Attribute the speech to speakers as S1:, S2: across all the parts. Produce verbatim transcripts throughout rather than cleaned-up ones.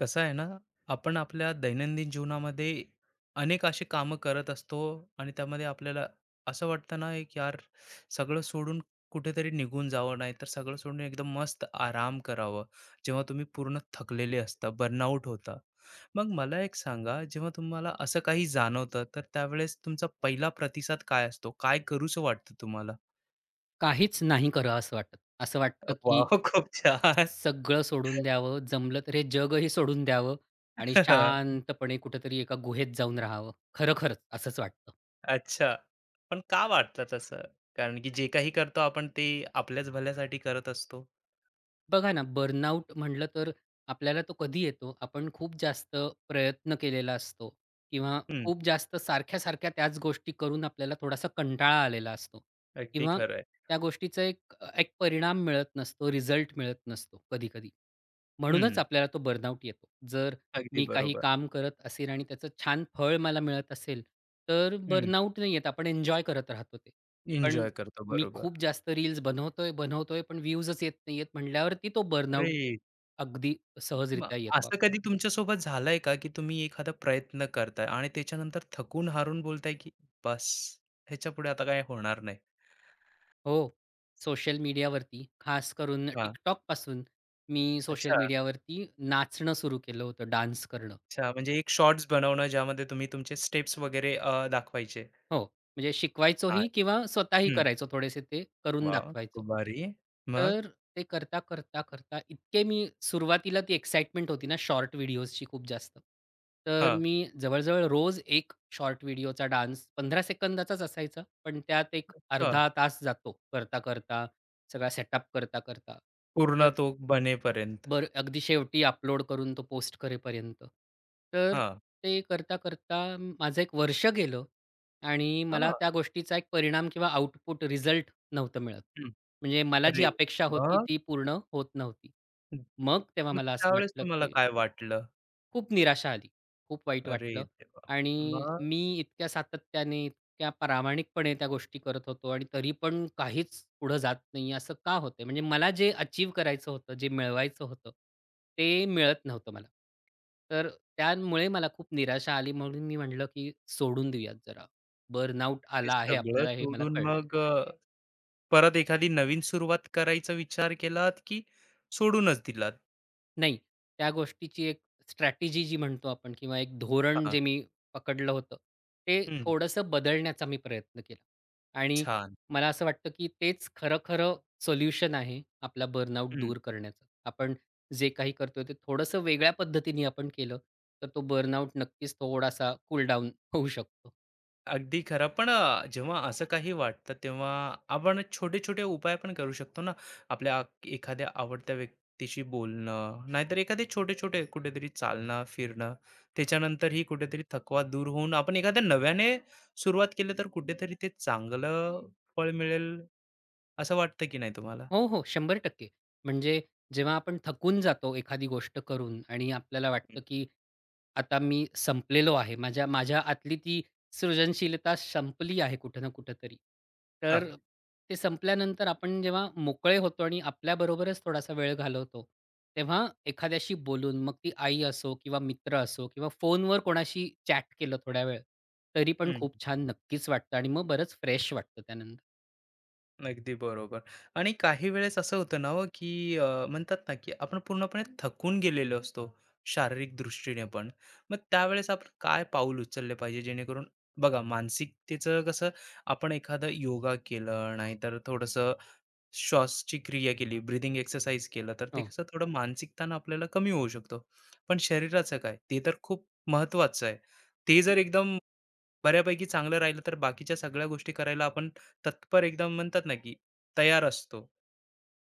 S1: कसं आहे ना, आपण आपल्या दैनंदिन जीवनामध्ये अनेक अशी कामं करत असतो आणि त्यामध्ये आपल्याला असं वाटतं ना, एक यार सगळं सोडून कुठेतरी निघून जावं, नाहीतर सगळं सोडून एकदम मस्त आराम करावं. जेव्हा तुम्ही पूर्ण थकलेले असता, बर्नआउट होता. मग मला एक सांगा, जेव्हा तुम्हाला असं काही जाणवतं, तर त्यावेळेस तुमचा पहिला प्रतिसाद काय असतो? काय करूसं वाटतं तुम्हाला?
S2: काहीच नाही करावं असं वाटत. असं वाटतं, की
S1: वाह! खूप छान.
S2: सगळं सोडून द्यावं, जमलं तर हे जगही सोडून द्यावं आणि शांतपणे कुठेतरी एका गुहेत जाऊन राहावं. खरं-खरंच असंच वाटतं.
S1: अच्छा. पण का वाटतं तसं? कारण की जे काही करतो आपण ते आपल्याच भल्यासाठी करत असतो.
S2: बघा ना, बर्नआउट म्हटलं तर आपल्याला तो कधी येतो? आपण खूप जास्त प्रयत्न केलेला असतो किंवा
S1: हं.
S2: खूप जास्त सारख्या-सारख्या त्याच गोष्टी करून आपल्याला थोडासा कंटाळा आलेला असतो
S1: अगदी
S2: किंवा
S1: खरं आहे.
S2: त्या गोष्टीचा एक एक परिणाम मिळत नसतो, रिझल्ट मिळत नसतो कधी-कधी. म्हणूनच
S1: हं.
S2: आपल्याला तो बर्नआउट येतो. जर
S1: अगदी
S2: मी काही
S1: बरोबर.
S2: काम करत असेल आणि त्याचं छान फळ मला मिळत असेल, तर
S1: हं.
S2: बर्नआउट नाही येत. आपण एन्जॉय करत राहतो ते. पण
S1: एन्जॉय करतो.
S2: मी
S1: बरोबर.
S2: खूप जास्त रील्स बनवतोय, बनवतोय, पण व्ह्यूजच येत नाहीयेत म्हटल्यावरती तो बर्नआउट
S1: अरे,
S2: अगदी
S1: मग
S2: सहजरित्या येतो. आप-
S1: असं कधी तुमच्यासोबत झालंय का, की तुम्ही एखादा प्रयत्न करताय आणि त्याच्यानंतर थकून हारून बोलताय, की "बस, ह्याच्यापुढे आता काय होणार नाही."
S2: हो, सोशल मीडियावरती खास करून
S1: हां.
S2: TikTokपासून मी सोशल
S1: अच्छा,
S2: मीडियावरती नाचणं सुरू केलं होतं, डान्स करणं.
S1: अच्छा. म्हणजे एक शॉर्ट्स बनवणं ज्यामध्ये तुम्ही तुमचे स्टेप्स वगैरे अ, दाखवायचे.
S2: हो, म्हणजे
S1: हां.
S2: शिकवायचोही किंवा स्वतःही
S1: हं.
S2: करायचो थोडेसे ते करून
S1: वाह!
S2: दाखवायचो.
S1: खूप भारी. मग?
S2: तर ते करता, करता, करता इतके मी सुरुवातीला ती एक्साईटमेंट होती ना शॉर्ट व्हिडिओजची खूप जास्त. तर
S1: हां.
S2: मी जवळ रोज एक शॉर्ट व्हिडिओचा डान्स पंधरा सेकंदाचाच असायचा, पण त्यात एक अर्धा तास जातो करता, करता, सगळा सेटअप करता, करता.
S1: पूर्ण तो बनेपर्यंत.
S2: बरं, अगदी शेवटी अपलोड करून तो पोस्ट करेपर्यंत. तर
S1: हां.
S2: ते करता-करता माझं एक वर्ष गेलं आणि मला
S1: हां.
S2: त्या गोष्टीचा एक परिणाम किंवा आउटपुट, रिझल्ट नव्हतं मिळत.
S1: हं.
S2: म्हणजे मला जी
S1: अरे
S2: अपेक्षा होती
S1: मग?
S2: ती पूर्ण होत नव्हती. मग तेव्हा
S1: मग
S2: मला असं
S1: त्यावेळेस
S2: वाटलं
S1: तुम्हाला
S2: की
S1: काय वाटलं?
S2: खूप निराशा आली. खूप वाईट
S1: अरे
S2: वाटलं
S1: देवा!
S2: आणि
S1: मग
S2: मी इतक्या सातत्याने, इतक्या प्रामाणिकपणे त्या गोष्टी करत होतो आणि तरी पण काहीच पुढं जात नाही असं का होतंय? म्हणजे मला जे अचीव्ह करायचं होतं, जे मिळवायचं होतं, ते मिळत नव्हतं मला. तर त्यामुळे मला खूप निराशा आली म्हणून मी म्हटलं, की सोडून देऊयात जरा. बर्नआउट
S1: हे
S2: आला आहे
S1: सगळं
S2: आपल्याला हे मला
S1: सोडून
S2: कळलं.
S1: मग अ, परत एखादी नवीन सुरुवात करायचा विचार केलात, की सोडूनच दिलात?
S2: नाही. त्या गोष्टीची एक स्ट्रॅटेजी जी म्हणतो आपण किंवा एक धोरण
S1: हां.
S2: जे मी पकडलं होतं, ते
S1: हं.
S2: थोडंसं बदलण्याचा मी प्रयत्न केला. आणि
S1: छान.
S2: मला असं वाटतं, की तेच खरं-खरं सोल्युशन आहे आपला बर्नआउट
S1: हं.
S2: दूर करण्याचं. आपण जे काही करतोय ते थोडंसं वेगळ्या पद्धतीने आपण केलं, तर तो बर्नआउट नक्कीच थोडासा कूल होऊ शकतो.
S1: अगदी खरं. पण अ, जेव्हा असं काही वाटतं, तेव्हा आपण छोटे-छोटे उपाय पण करू शकतो ना. आपल्या आ- एखाद्या आवडत्या व्यक्तीशी बोलणं, नाहीतर एखादे छोटे-छोटे कुठेतरी चालणं, फिरणं. त्याच्यानंतरही कुठेतरी थकवा दूर होऊन आपण एखाद्या नव्याने सुरुवात केली, तर कुठेतरी ते चांगलं फळ मिळेल, असं वाटतं की नाही तुम्हाला?
S2: हो, हो. शंभर टक्के म्हणजे जेव्हा आपण थकून जातो एखादी गोष्ट करून आणि आपल्याला
S1: हं.
S2: वाटतं, की आता मी संपलेलो आहे. माझ्या माझ्या आतली ती सृजनशीलता संपली आहे कुठे ना कुठं तरी तर
S1: हां.
S2: ते संपल्यानंतर आपण जेव्हा मोकळे होतो आणि आपल्याबरोबरच थोडासा वेळ घालवतो, तेव्हा एखाद्याशी बोलून मग ती आई असो किंवा मित्र असो किंवा फोनवर कोणाशी चॅट केलं थोडा वेळ, तरी पण खूप छान नक्कीच वाटतं आणि मग बरंच फ्रेश वाटतं त्यानंतर.
S1: अगदी बरोबर. आणि काही वेळेस असं होतं ना हो, की अ, म्हणतात ना, की आपण पूर्णपणे थकून गेलेलो असतो, शारीरिक दृष्टीने पण. मग त्यावेळेस आपण काय पाऊल उचलले पाहिजे जेणेकरून बघा मानसिकतेचं कसं आपण एखादं योगा केलं, नाहीतर थोडंसं श्वासची क्रिया केली, ब्रीथिंग एक्सरसाइज केलं, तर ते
S2: हो.
S1: कसं थोडं मानसिक ताण आपल्याला कमी होऊ शकतो. पण शरीराचं काय? ते तर खूप महत्त्वाचं आहे. ते जर एकदम बऱ्यापैकी चांगलं राहिलं तर बाकीच्या सगळ्या गोष्टी करायला आपण तत्पर एकदम म्हणतात ना, की तयार असतो.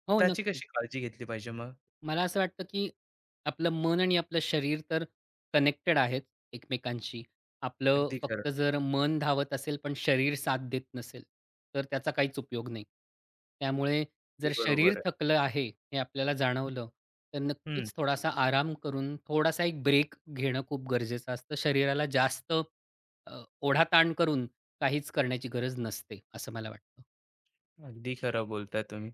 S2: हो,
S1: त्याची
S2: नक्की.
S1: कशी काळजी घेतली पाहिजे मग?
S2: मला असं वाटतं, की आपलं मन आणि आपलं शरीर तर कनेक्टेड आहेत एकमेकांशी. आपलं
S1: अगदी खरं.
S2: फक्त जर मन धावत असेल, पण शरीर साथ देत नसेल, तर त्याचा काहीच उपयोग नाही. त्यामुळे
S1: अगदी
S2: जर शरीर
S1: बरोबर आहे.
S2: थकलं आहे, हे आपल्याला जाणवलं, तर
S1: हं,
S2: नक्कीच थोडासा आराम करून, थोडासा एक ब्रेक घेणं खूप गरजेचं असतं. शरीराला जास्त अ, ओढाताण करून काहीच करण्याची गरज नसते, असं मला वाटतं.
S1: अगदी खरं बोलताय तुम्ही.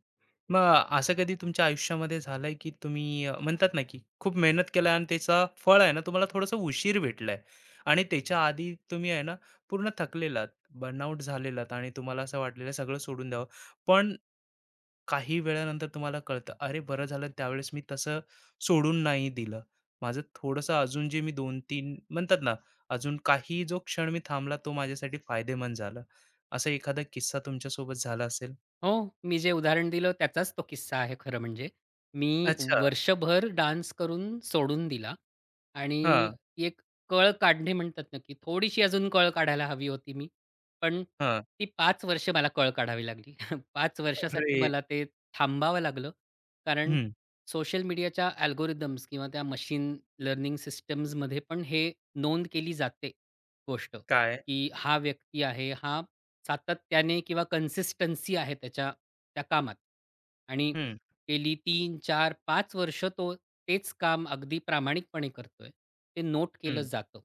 S1: मग असं कधी तुमच्या आयुष्यामध्ये झालंय, की तुम्ही अ, म्हणतात ना, की खूप मेहनत केलाय आणि त्याचा फळ आहे ना, तुम्हाला थोडंसं उशीर भेटलंय आणि त्याच्या आधी तुम्ही आहे ना, पूर्ण थकलेलात, बर्नआउट झालेलात आणि तुम्हाला असं वाटलेलं सगळं सोडून द्यावं. पण काही वेळानंतर तुम्हाला कळतं, अरे बरं झालं त्यावेळेस मी तसं सोडून नाही दिलं. माझं थोडंसं अजून जे मी दोन तीन म्हणतात ना, अजून काही जो क्षण मी थांबला तो माझ्यासाठी फायदेमंद झाला. असा एखादा किस्सा तुमच्यासोबत झाला असेल?
S2: हो, मी जे उदाहरण दिलं त्याचाच तो किस्सा आहे खरं म्हणजे. मी
S1: अच्छा.
S2: वर्षभर डान्स करून सोडून दिला आणि
S1: हां,
S2: ती एक कळ काढणे म्हणतात ना, की थोडीशी अजून कळ काढायला हवी होती मी. पण
S1: हां.
S2: ती पाच वर्ष मला कळ काढावी लागली. पाच वर्षासाठी
S1: अरे!
S2: मला ते थांबावं लागलं. कारण
S1: हं.
S2: सोशल मीडियाच्या अल्गोरिथम्स किंवा त्या मशीन लर्निंग सिस्टम्समध्ये पण हे नोंद केली जाते गोष्ट,
S1: काय?
S2: की हा व्यक्ती आहे, हा सातत्याने किंवा कन्सिस्टन्सी आहे त्याच्या त्या कामात आणि
S1: हं,
S2: गेली तीन, चार, पाच वर्ष तो तेच काम अगदी प्रामाणिकपणे करतोय. ते नोट केलं
S1: हं.
S2: जातं.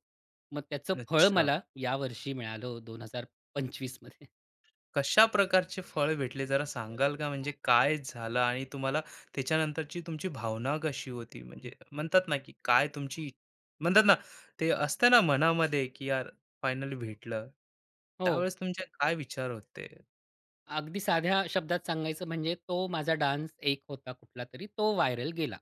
S2: मग त्याचं फळ
S1: अच्छा.
S2: मला यावर्षी मिळालं दोन हजार पंचवीस मध्ये.
S1: कशा प्रकारचे फळ भेटले जरा सांगाल का? म्हणजे काय झालं आणि तुम्हाला त्याच्यानंतरची तुमची भावना कशी होती? म्हणजे म्हणतात ना, की काय तुमची म्हणतात ना, ते असतं ना मनामध्ये, की यार फायनली भेटलं.
S2: हो.
S1: त्यावेळेस तुमचे काय विचार होते?
S2: अगदी साध्या शब्दात सांगायचं म्हणजे तो माझा डान्स एक होता कुठलातरी तो व्हायरल गेला.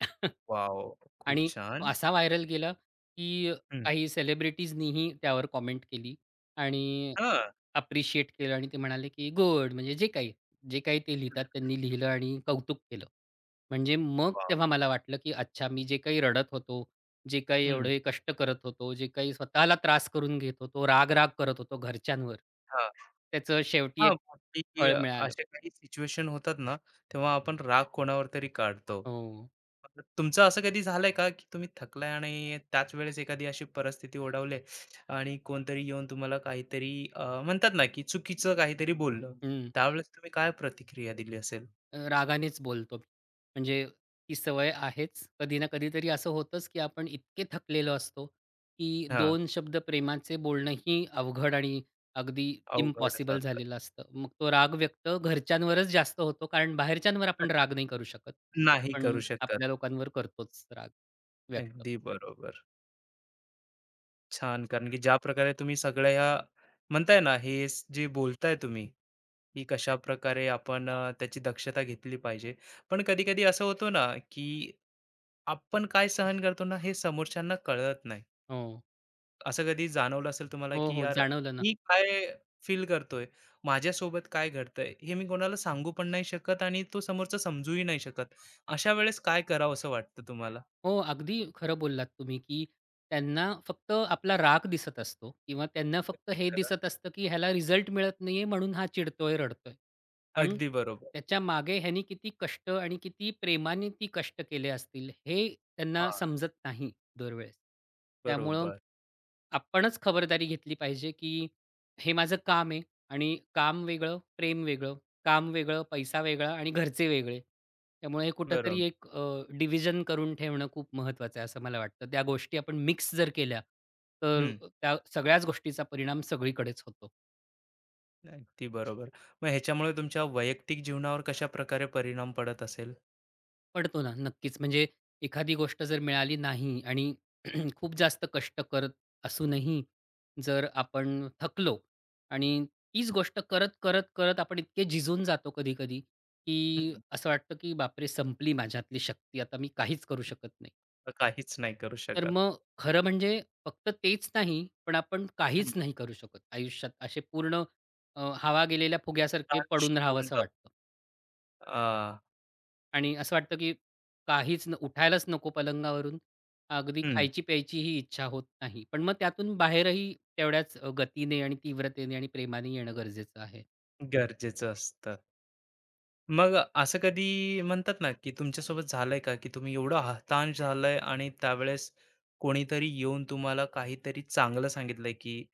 S1: वॉव! खूप
S2: आणि
S1: छान.
S2: असा व्हायरल गेला, की
S1: हं.
S2: काही सेलिब्रिटीजनीही त्यावर कॉमेंट केली आणि
S1: हां.
S2: अप्रिशिएट केलं आणि ते म्हणाले, की "गुड." म्हणजे जे काही, जे काही ते
S1: हं.
S2: लिहितात त्यांनी लिहिलं आणि कौतुक केलं. म्हणजे मग
S1: वॉव!
S2: तेव्हा मला वाटलं, की अच्छा मी जे काही रडत होतो, जे काही एवढे कष्ट करत होतो, जे काही स्वतःला त्रास करून घेत होतो, राग-राग करत होतो घरच्यांवर, त्याचं शेवटी
S1: हां,
S2: एक
S1: मग ते
S2: फळ मिळालं.
S1: अशा काही सिच्युएशन होतात ना, तेव्हा आपण राग कोणावर तरी काढतो.
S2: हो.
S1: मग तुमचं असं कधी झालंय का, की तुम्ही थकलाय आणि त्याच वेळेस एखादी अशी परिस्थिती ओढवली आणि कोणतरी येऊन तुम्हाला काहीतरी अ, म्हणतात ना, की चुकीचं काहीतरी बोललं.
S2: हं.
S1: त्यावेळेस तुम्ही काय प्रतिक्रिया दिली असेल?
S2: अ, रागानेच बोलतो. मी. म्हणजे ती सवय आहेच. कधी ना कधीतरी असं होतंच, की आपण इतके थकलेलो असतो, की
S1: हां,
S2: दोन शब्द प्रेमाचे बोलणंही अवघड आणि अगदी
S1: अवघड
S2: इम्पॉसिबल
S1: जातं.
S2: झालेलं असतं. मग तो राग व्यक्त घरच्यांवरच जास्त होतो, कारण बाहेरच्यांवर आपण राग नाही करू शकत.
S1: नाही
S2: पण
S1: करू शकत.
S2: आपल्या लोकांवर करतोच राग व्यक्त.
S1: अगदी बरोबर. छान, कारण की ज्या प्रकारे तुम्ही सगळ्या ह्या म्हणताय ना, हे स- जे बोलताय तुम्ही की कशाप्रकारे आपण अ, त्याची दक्षता घेतली पाहिजे. पण कधी-कधी असं होतं ना, की आपण काय सहन करतो ना, हे समोरच्यांना कळत नाही.
S2: हो.
S1: असं कधी जाणवलं असेल तुम्हाला,
S2: हो,
S1: की
S2: हो.
S1: यार
S2: जाणवलं ना.
S1: मी काय फील करतोय, माझ्यासोबत काय घडतंय, हे मी कोणाला सांगू पण नाही शकत आणि तो समोरचा समजूही नाही शकत. अशा वेळेस काय करावंसं वाटतं तुम्हाला?
S2: हो, अगदी खरं बोललात तुम्ही, की त्यांना फक्त आपला राग दिसत असतो किंवा त्यांना फक्त
S1: नक्की
S2: हे
S1: करा.
S2: दिसत असतं, की ह्याला रिझल्ट मिळत नाहीये म्हणून हा चिडतोय, रडतोय. पण
S1: अगदी बरोबर.
S2: त्याच्यामागे ह्यानी किती कष्ट आणि किती प्रेमाने ती कष्ट केले असतील, हे त्यांना
S1: हां,
S2: समजत नाही दरवेळेस. त्यामुळं
S1: बरोबर,
S2: आपणच खबरदारी घेतली पाहिजे, की हे माझं काम आहे आणि काम वेगळं, प्रेम वेगळं काम वेगळं, पैसा वेगळा आणि घरचे वेगळे. त्यामुळे हे कुठेतरी
S1: बरोबर.
S2: एक अ, डिव्हिजन करून ठेवणं खूप महत्त्वाचं आहे, असं मला वाटतं. त्या गोष्टी आपण मिक्स जर केल्या, तर
S1: हं,
S2: त्या सगळ्याच गोष्टीचा परिणाम सगळीकडेच होतो.
S1: अगदी बरोबर. मग ह्याच्यामुळे तुमच्या वैयक्तिक जीवनावर कशाप्रकारे परिणाम पडत असेल?
S2: पडतो ना, नक्कीच. म्हणजे एखादी गोष्ट जर मिळाली नाही आणि खूप जास्त कष्ट करत असूनही जर आपण थकलो आणि तीच गोष्ट करत, करत, करत आपण इतके झिजून जातो कधी-कधी, की
S1: हं.
S2: असं वाटतं, की "बापरे! संपली माझ्यातली शक्ती. आता मी काहीच करू शकत नाही."
S1: काहीच नाही करू
S2: तर
S1: शकत.
S2: मग खरं म्हणजे फक्त तेच नाही, पण आपण
S1: हं.
S2: काहीच नाही करू शकत आयुष्यात. असे पूर्ण अ, हवा गेलेल्या फुग्यासारखे
S1: नाश
S2: पडून
S1: होऊन
S2: राहावसं
S1: जातो.
S2: वाटतं
S1: अ,
S2: आणि असं वाटतं, की काहीच न उठायलाच नको पलंगावरून. अगदी
S1: हं,
S2: खायची-प्यायची ही इच्छा होत नाही. पण मग त्यातून बाहेरही तेवढ्याच अ, गतीने आणि तीव्रतेने आणि प्रेमाने येणं गरजेचं आहे.
S1: गरजेचं असतं. मग असं कधी म्हणतात ना, की तुमच्यासोबत झालंय का, की तुम्ही एवढं हताश झालाय आणि त्यावेळेस कोणीतरी येऊन तुम्हाला काहीतरी चांगलं सांगितलंय, की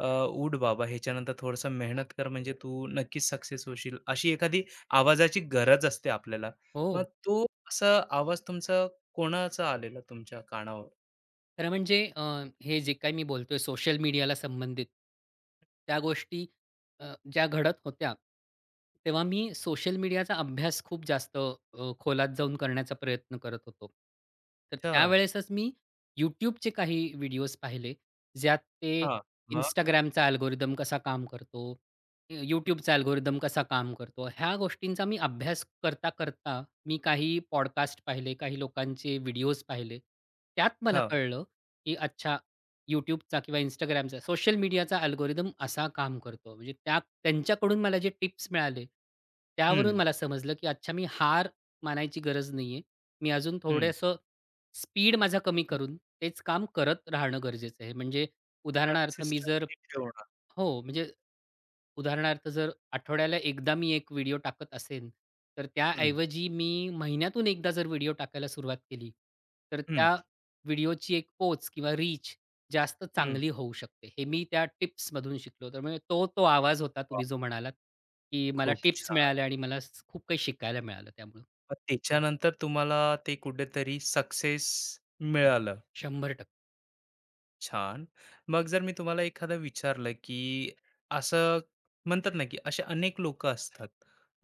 S1: "अ, उठ बाबा, ह्याच्यानंतर थोडंसं मेहनत कर, म्हणजे तू नक्कीच सक्सेस होशील." अशी एखादी आवाजाची गरज असते आपल्याला.
S2: हो.
S1: मग तो असा आवाज तुमचा कोणाचा आलेला तुमच्या कानावर?
S2: खरं म्हणजे अ, हे जे काही मी बोलतोय सोशल मीडियाला संबंधित, त्या गोष्टी अ, ज्या घडत होत्या, तेव्हा मी सोशल मीडियाचा अभ्यास खूप जास्त अ, खोलात जाऊन करण्याचा प्रयत्न करत होतो. तर
S1: अच्छा.
S2: त्यावेळेसच मी YouTubeचे काही व्हिडिओज पाहिले, ज्यात ते
S1: हां. मग?
S2: Instagramचा अल्गोरिदम कसा काम करतो, YouTubeचा अल्गोरिदम कसा काम करतो, ह्या गोष्टींचा मी अभ्यास करता-करता मी काही पॉडकास्ट पाहिले, काही लोकांचे व्हिडिओज पाहिले. त्यात मला
S1: हां.
S2: कळलं, की अच्छा YouTubeचा किंवा Instagramचा सोशल मीडियाचा अल्गोरिदम असा काम करतो. म्हणजे त्या त्यांच्याकडून मला जे टिप्स मिळाले, त्यावरून
S1: हं.
S2: मला समजलं की अच्छा मी हार मानायची गरज नाहीये. मी अजून
S1: हं.
S2: थोडंसं स्पीड माझा कमी करून तेच काम करत राहणं गरजेचं आहे. म्हणजे उदाहरणार्थ मी जर
S1: कन्सिस्टंसी ठेवणं.
S2: हो, म्हणजे उदाहरणार्थ जर आठवड्याला एकदा मी एक व्हिडिओ टाकत असेन, तर
S1: हं,
S2: त्याऐवजी मी महिन्यातून एकदा जर व्हिडिओ टाकायला सुरुवात केली, तर
S1: हं,
S2: त्या व्हिडिओची एक पोच किंवा रीच जास्त
S1: हं.
S2: चांगली होऊ शकते. हे मी त्या टिप्समधून शिकलो. त्यामुळे तो, तो आवाज होता तुम्ही
S1: वाह!
S2: जो म्हणालात, की मला
S1: खूप
S2: टिप्स
S1: छान.
S2: मिळाल्या आणि मला स खूप काही शिकायला मिळालं त्यामुळं.
S1: मग त्याच्यानंतर तुम्हाला ते कुठेतरी सक्सेस मिळालं.
S2: शंभर टक्के
S1: छान. मग जर मी तुम्हाला एखादं विचारलं, की असं म्हणतात ना, की असे अनेक लोकं असतात,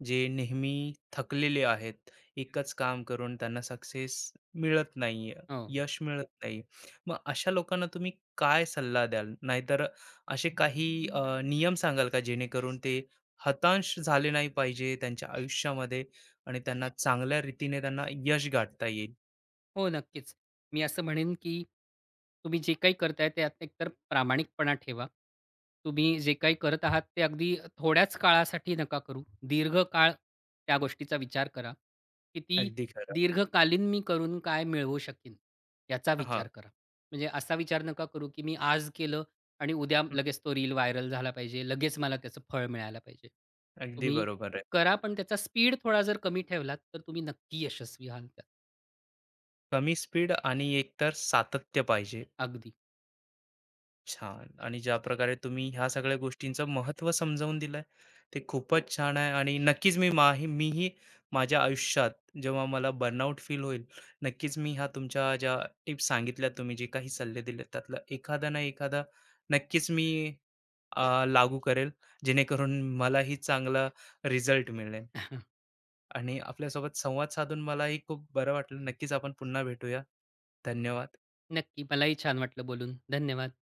S1: जे नेहमी थकलेले आहेत. एकच काम करून त्यांना सक्सेस मिळत नाहीये,
S2: हो.
S1: यश मिळत नाही. मग अशा लोकांना तुम्ही काय सल्ला द्याल? नाहीतर असे काही अ, नियम सांगाल का जेणेकरून ते हताश झाले नाही पाहिजे त्यांच्या आयुष्यामध्ये आणि त्यांना चांगल्या रीतीने त्यांना यश गाठता येईल?
S2: हो, नक्कीच. मी असं म्हणेन, की तुम्ही जे काही करताय त्यात एकतर प्रामाणिकपणा ठेवा. तुम्ही जे काही करत आहात ते अगदी थोड्याच काळासाठी नका करू. दीर्घकाळ त्या गोष्टीचा विचार करा. किती
S1: अगदी खरं.
S2: दीर्घकालीन मी करून काय मिळवू शकेन याचा
S1: हां.
S2: विचार करा. म्हणजे असा विचार नका करू, की मी आज केलं आणि उद्या लगेच तो रील व्हायरल झाला पाहिजे. लगेच मला त्याचं फळ मिळायला पाहिजे.
S1: अगदी
S2: तुम्ही
S1: बरोबर आहे.
S2: करा पण त्याचा स्पीड थोडा जर कमी ठेवलात तर तुम्ही नक्की यशस्वी व्हाल त्यात.
S1: कमी स्पीड आणि एकतर सातत्य पाहिजे.
S2: अगदी.
S1: छान आणि ज्या प्रकारे तुम्ही ह्या सगळ्या गोष्टींचं महत्त्व समजावून दिलंय, ते खूपच छान आहे आणि नक्कीच मी माही मीही माझ्या आयुष्यात जेव्हा मला बर्नआउट फील होईल, नक्कीच मी ह्या तुमच्या ज्या टिप्स सांगितल्या तुम्ही जे काही सल्ले दिलेत त्यातला एखादा ना एखादा नक्कीच मी अ, लागू करेल. जेणेकरून मलाही चांगला रिझल्ट मिळेल आणि आपल्यासोबत संवाद साधून मलाही खूप बरं वाटलं. नक्कीच आपण पुन्हा भेटूया. धन्यवाद.
S2: नक्की. मलाही छान वाटलं बोलून. धन्यवाद.